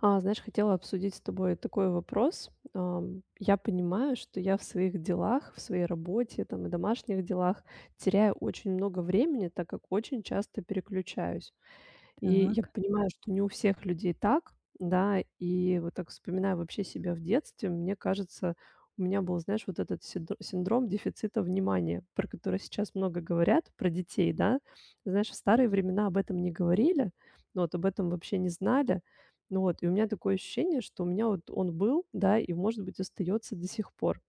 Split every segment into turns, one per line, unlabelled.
А, знаешь, хотела обсудить с тобой такой вопрос. Я понимаю, что я в своих делах, в своей работе там и домашних делах теряю очень много времени, так как очень часто переключаюсь. И я
Так,
понимаю, что не у всех людей так, да. И вот так вспоминая вообще себя в детстве, мне кажется, у меня был, знаешь, вот этот синдром дефицита внимания, про который сейчас много говорят, про детей, да. Знаешь, в старые времена об этом не говорили, ну вот об этом вообще не знали. Ну вот, и у меня такое ощущение, что у меня вот он был, да, и, может быть, остается до сих пор.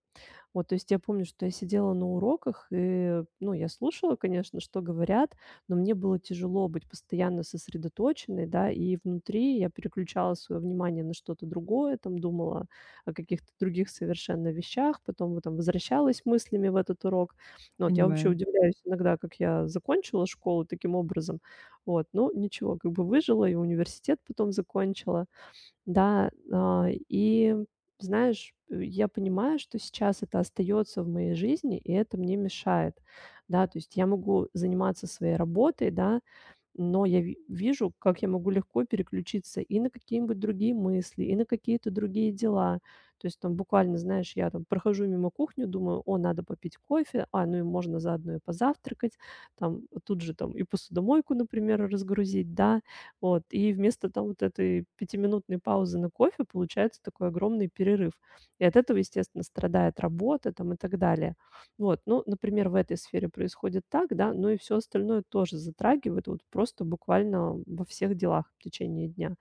Вот, то есть я помню, что я сидела на уроках и, ну, я слушала, конечно, что говорят, но мне было тяжело быть постоянно сосредоточенной, да, и внутри я переключала свое внимание на что-то другое, там думала о каких-то других совершенно вещах, потом вот там возвращалась мыслями в этот урок. Ну, вот я вообще
понимаю.
удивляюсь иногда, как я закончила школу таким образом. Вот, ну, ничего, как бы выжила и университет потом закончила. Да, а, и знаешь, я понимаю, что сейчас это остается в моей жизни, и это мне мешает. Да, то есть я могу заниматься своей работой, да, но я ви вижу, как я могу легко переключиться и на какие-нибудь другие мысли, и на какие-то другие дела. То есть там буквально, знаешь, я там прохожу мимо кухню, думаю: "О, надо попить кофе, а, ну и можно заодно и позавтракать". Там тут же там и посудомойку, например, разгрузить, да. Вот, и вместо там вот этой пятиминутной паузы на кофе получается такой огромный перерыв. И от этого, естественно, страдает работа там и так далее. Вот, ну, например, в этой сфере происходит так, да, но и все остальное тоже затрагивает вот просто буквально во всех делах в течение дня.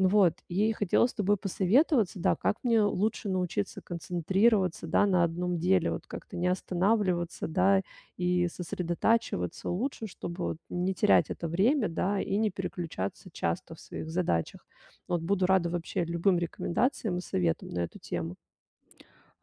Ну вот, и хотела с тобой посоветоваться, да, как мне лучше научиться концентрироваться, да, на одном деле, вот как-то не останавливаться, да, и сосредотачиваться лучше, чтобы вот не терять это время, да, и не переключаться часто в своих задачах. Вот буду рада вообще любым рекомендациям и советам на эту тему.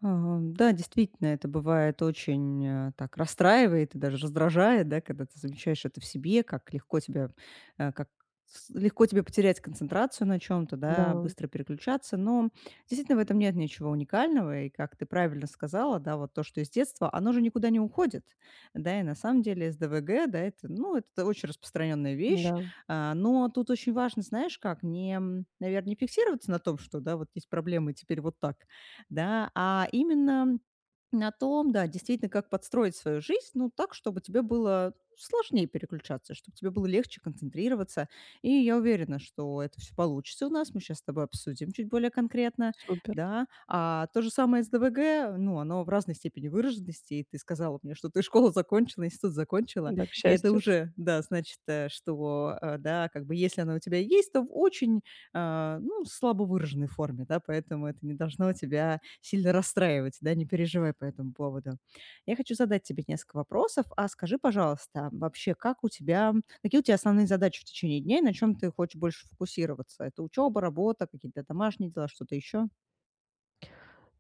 Да, действительно, это бывает очень, так расстраивает и даже раздражает, да, когда ты замечаешь это в себе, как легко тебя, э, как с легко тебе потерять концентрацию на чем то,
Да,
да, быстро переключаться. Но действительно в этом нет ничего уникального. И как ты правильно сказала, да, вот то, что из детства, оно же никуда не уходит. Да, и на самом деле с ДВГ, да, это, ну, вот это очень распространенная вещь.
да,
Но тут очень важно, знаешь как, не, м, наверно, не фиксироваться на том, что, да, вот есть проблемы, и теперь вот так, да, а именно на том, да, действительно, как подстроить свою жизнь, ну, так, чтобы тебе было сложнее переключаться, чтобы тебе было легче концентрироваться. И я уверена, что это все получится у нас. Мы сейчас с тобой обсудим чуть более конкретно,
супер,
да. А то же самое с ДВГ, ну, оно в разной степени выраженности. И ты сказала мне, что ты школу закончила, институт закончила.
да, к
И это
счастью.
уже, да, значит, что, да, как бы если оно у тебя есть, то в очень ну, слабо выраженной форме, да, поэтому это не должно тебя сильно расстраивать, да, не переживай по этому поводу. Я хочу задать тебе несколько вопросов, а скажи, пожалуйста, вообще, как у тебя, какие у тебя основные задачи в течение дня и на чем ты хочешь больше фокусироваться? Это учеба, работа, какие-то домашние дела, что-то еще?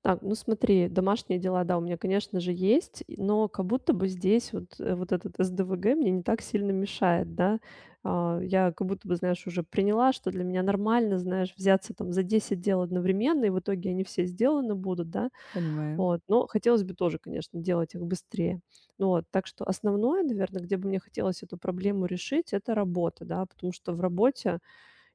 Так, ну смотри, домашние дела, да, у меня, конечно же, есть, и но как будто бы здесь вот, вот этот СДВГ мне не так сильно мешает, да. А, я как будто бы, знаешь, уже приняла, что для меня нормально, знаешь, взяться там за 10 дел одновременно, и в итоге они все сделаны будут, да.
Понимаю.
Вот, но хотелось бы тоже, конечно, делать их быстрее. Ну вот, так что основное, наверное, где бы мне хотелось эту проблему решить, это работа, да, потому что в работе,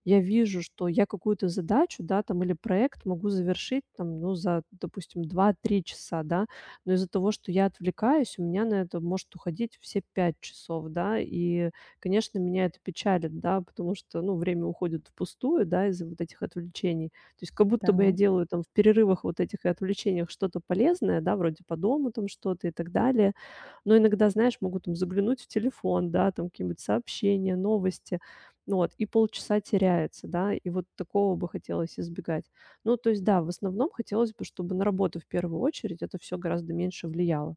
я вижу, что я какую-то задачу, да, там или проект могу завершить там, ну, за, допустим, 2-3 часа, да, но из-за того, что я отвлекаюсь, у меня на это может уходить все 5 часов, да, и, конечно, меня это печалит, да, потому что, ну, время уходит впустую, да, из-за вот этих отвлечений. То есть как будто бы я
Так.
делаю там в перерывах вот этих и отвлечениях что-то полезное, да, вроде по дому там что-то и так далее, но иногда, знаешь, могут там заглянуть в телефон, да, там какие-нибудь сообщения, новости, ну вот, и полчаса теряется, да, и вот такого бы хотелось избегать. Ну, то есть, да, в основном хотелось бы, чтобы на работу в первую очередь это все гораздо меньше влияло.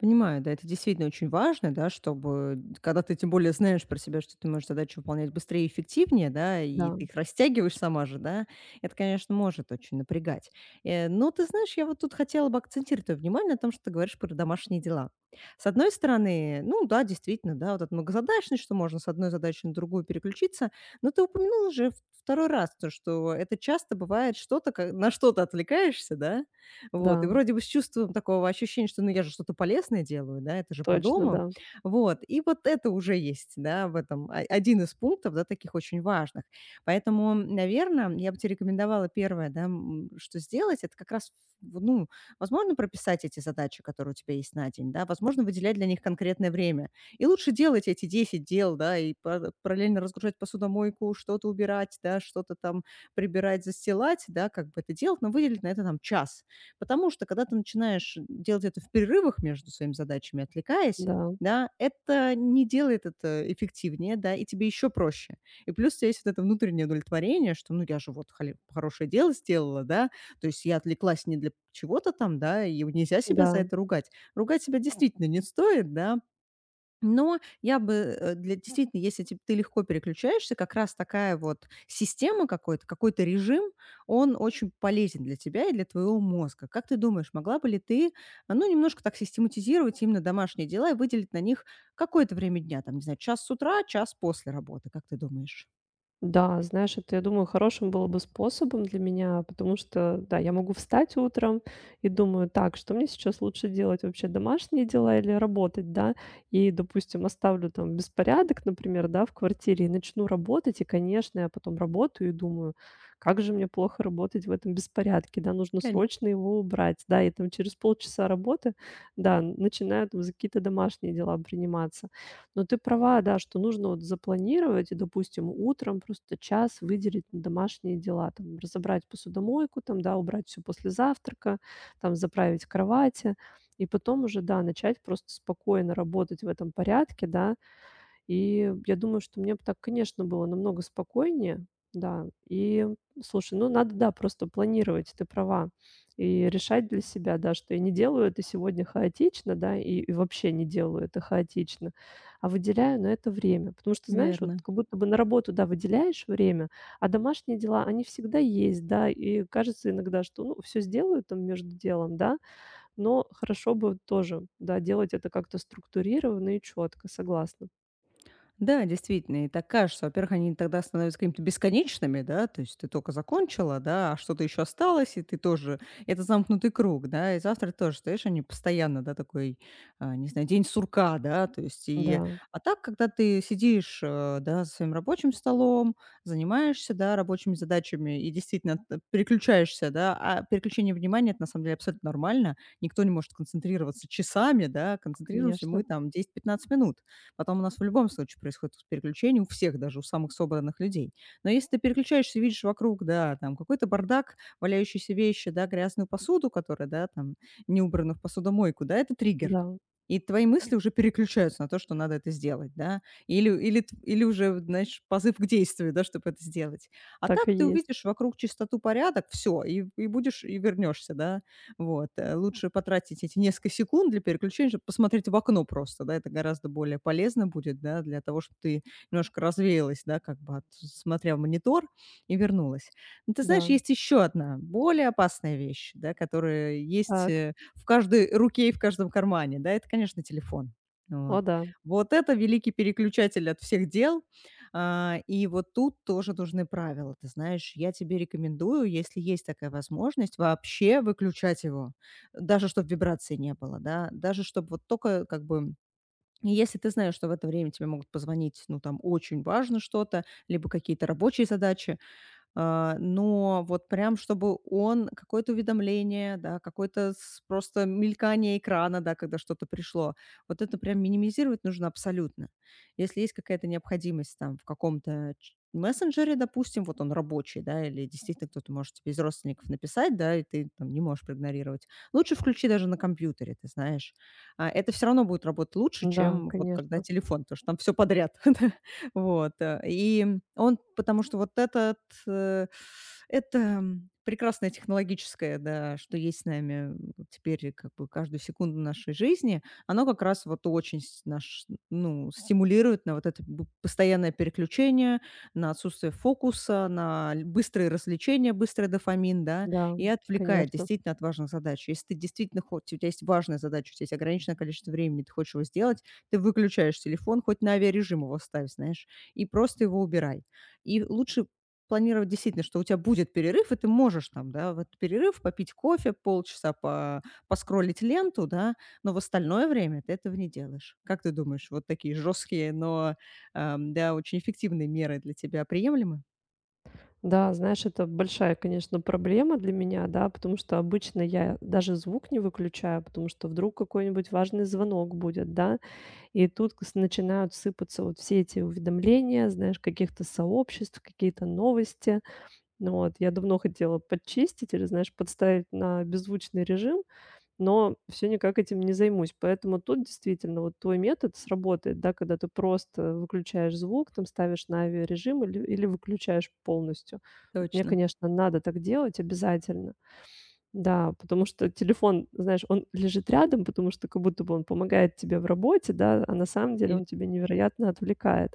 Понимаю, да, это действительно очень важно, да, чтобы, когда ты тем более знаешь про себя, что ты можешь задачу выполнять быстрее и эффективнее, да, и
Да,
ты их растягиваешь сама же, да, это, конечно, может очень напрягать. Но ты знаешь, я вот тут хотела бы акцентировать твое внимание на том, что ты говоришь про домашние дела. С одной стороны, ну да, действительно, да, вот эта многозадачность, что можно с одной задачи на другую переключиться, но ты упомянула уже второй раз то, что это часто бывает что-то, на что-то отвлекаешься, да, вот, и
да,
вроде бы с чувством такого ощущения, что, ну, я же что-то полезное делаю, да, это же по
точно,
дому.
да,
Вот, и вот это уже есть, да, в этом один из пунктов, да, таких очень важных. Поэтому, наверное, я бы тебе рекомендовала первое, да, что сделать, это как раз, ну, возможно, прописать эти задачи, которые у тебя есть на день, да, возможно, выделять для них конкретное время. И лучше делать эти 10 дел, да, и параллельно разгружать посудомойку, что-то убирать, да, что-то там прибирать, застилать, да, как бы это делать, но выделить на это там час. Потому что, когда ты начинаешь делать это в перерывах между своими задачами, отвлекаясь,
да,
да, это не делает это эффективнее, да, и тебе еще проще. И плюс у тебя есть вот это внутреннее удовлетворение, что, ну, я же вот хорошее дело сделала, да, то есть я отвлеклась не для чего-то там, да, и нельзя себя за
да.
это ругать. Ругать себя действительно не стоит, да, но я бы, для действительно, если ти ты легко переключаешься, как раз такая вот система какой-то, какой-то режим, он очень полезен для тебя и для твоего мозга. Как ты думаешь, могла бы ли ты, ну, немножко так систематизировать именно домашние дела и выделить на них какое-то время дня, там, не знаю, час с утра, час после работы, как ты думаешь?
Да, знаешь, это, я думаю, хорошим было бы способом для меня, потому что, да, я могу встать утром и думаю, так, что мне сейчас лучше делать вообще, домашние дела или работать, да? И, допустим, оставлю там беспорядок, например, да, в квартире и начну работать, и, конечно, я потом работаю и думаю, как же мне плохо работать в этом беспорядке, да, нужно
Коне
срочно его убрать, да, и там через полчаса работы, да, начинаю там за какие-то домашние дела приниматься. Но ты права, да, что нужно вот запланировать и, допустим, утром просто час выделить на домашние дела, там, разобрать посудомойку, там, да, убрать все после завтрака, там, заправить кровати. И потом уже, да, начать просто спокойно работать в этом порядке, да. И я думаю, что мне бы так, конечно, было намного спокойнее. Да. И слушай, ну надо, да, просто планировать, ты права. И решать для себя, да, что я не делаю это сегодня хаотично, да, и вообще не делаю это хаотично, а выделяю на это время. Потому что, знаешь, вот
Верно.
как будто бы на работу, да, выделяешь время, а домашние дела, они всегда есть, да, и кажется иногда, что, ну, все сделаю там между делом, да, но хорошо бы тоже, да, делать это как-то структурированно и четко, согласна.
Да, действительно, и так кажется. Во-первых, они тогда становятся какими-то бесконечными, да, то есть ты только закончила, да, а что-то еще осталось, и ты тоже, это замкнутый круг, да, и завтра тоже, знаешь, они постоянно, да, такой, не знаю, день сурка, да, то есть и,
Да.
а так, когда ты сидишь, да, за своим рабочим столом, занимаешься, да, рабочими задачами и действительно переключаешься, да, а переключение внимания, это на самом деле абсолютно нормально, никто не может концентрироваться часами, да, концентрируемся
Конечно,
мы там 10-15 минут. Потом у нас в любом случае происходит переключение, у всех, даже у самых собранных людей. Но если ты переключаешься, видишь вокруг, да, там какой-то бардак, валяющиеся вещи, да, грязную посуду, которая, да, там не убрана в посудомойку, да, это триггер.
да,
И твои мысли уже переключаются на то, что надо это сделать, да, или, или, или уже, знаешь, позыв к действию, да, чтобы это сделать. А
так и
так ты
есть,
увидишь вокруг чистоту, порядок, все, и будешь, и вернешься, да, вот, лучше потратить эти несколько секунд для переключения, чтобы посмотреть в окно просто, да, это гораздо более полезно будет, да, для того, чтобы ты немножко развеялась, да, как бы от, смотря в монитор, и вернулась. Но ты знаешь,
да.
есть еще одна более опасная вещь, да, которая есть
Так,
в каждой руке и в каждом кармане, да, это, конечно, телефон. Вот.
о да,
Вот это великий переключатель от всех дел, и вот тут тоже нужны правила. Ты знаешь, я тебе рекомендую, если есть такая возможность, вообще выключать его. Даже чтобы вибрации не было, да, даже чтобы вот только как бы и если ты знаешь, что в это время тебе могут позвонить, ну, там, очень важно что-то, либо какие-то рабочие задачи, но вот прям чтобы он какое-то уведомление, да, какое-то с просто мелькание экрана, да, когда что-то пришло. Вот это прям минимизировать нужно абсолютно. Если есть какая-то необходимость там в каком-то ч мессенджере, допустим, вот он рабочий, да, или действительно кто-то может тебе из родственников написать, да, и ты там не можешь проигнорировать. Лучше включи даже на компьютере, ты знаешь. Это все равно будет работать лучше,
да,
чем вот когда
конечно,
телефон, потому что там все подряд, да. Вот, и он потому что вот это э, это прекрасное технологическое, да, что есть с нами теперь как бы каждую секунду нашей жизни, оно как раз вот очень наш, ну, стимулирует на вот это постоянное переключение, на отсутствие фокуса, на быстрые развлечения, быстрый дофамин, да,
да,
и отвлекает
конечно.
действительно от важных задач. Если ты действительно хочешь, у тебя есть важная задача, у тебя есть ограниченное количество времени, ты хочешь его сделать, ты выключаешь телефон, хоть на авиарежим его ставь, знаешь, и просто его убирай. И лучше планировать действительно, что у тебя будет перерыв, и ты можешь там, да, в этот перерыв попить кофе, полчаса по поскроллить ленту, да, но в остальное время ты этого не делаешь. Как ты думаешь, вот такие жесткие, но, да, очень эффективные меры для тебя приемлемы?
Да, знаешь, это большая, конечно, проблема для меня, да, потому что обычно я даже звук не выключаю, потому что вдруг какой-нибудь важный звонок будет, да, и тут с начинают сыпаться вот все эти уведомления, знаешь, каких-то сообществ, какие-то новости. Ну вот, я давно хотела подчистить или, знаешь, подставить на беззвучный режим, но все никак этим не займусь. Поэтому тут действительно вот твой метод сработает, да, когда ты просто выключаешь звук, там ставишь на авиарежим или или выключаешь полностью. Вот мне,
Точно.
конечно, надо так делать обязательно. Да, потому что телефон, знаешь, он лежит рядом, потому что как будто бы он помогает тебе в работе, да, а на самом деле
Иль
он тебя невероятно отвлекает.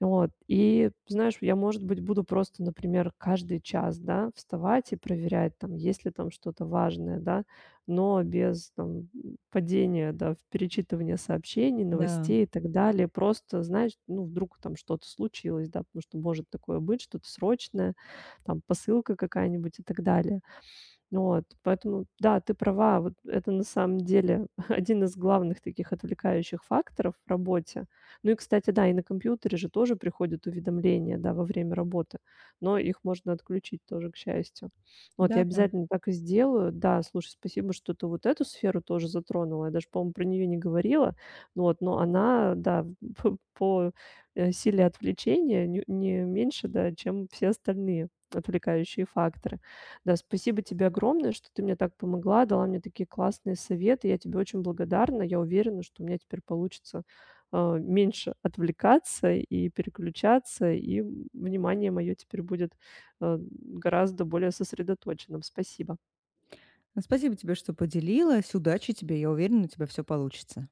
Вот, и, знаешь, я, может быть, буду просто, например, каждый час, да, вставать и проверять, там, есть ли там что-то важное, да, но без, там, падения, да, в перечитывание сообщений,
Да.
новостей и так далее. Просто, знаешь, ну, вдруг там что-то случилось, да, потому что может такое быть, что-то срочное, там, посылка какая-нибудь и так далее. Ну Вот, поэтому, да, ты права, вот это на самом деле один из главных таких отвлекающих факторов в работе. Ну и, кстати, да, и на компьютере же тоже приходят уведомления, да, во время работы, но их можно отключить тоже, к счастью. Вот, я
Да-да.
обязательно так и сделаю. Да, слушай, спасибо, что ты вот эту сферу тоже затронула. Я даже, по-моему, про нее не говорила. Ну Вот, но она, да, по, силе отвлечения не меньше, да, чем все остальные отвлекающие факторы. Да, спасибо тебе огромное, что ты мне так помогла, дала мне такие классные советы. Я тебе очень благодарна. Я уверена, что у меня теперь получится, а, меньше отвлекаться и переключаться, и, внимание мое теперь будет, а, гораздо более сосредоточенным. Спасибо.
Спасибо тебе, что поделилась. Удачи тебе. Я уверена, у тебя все получится.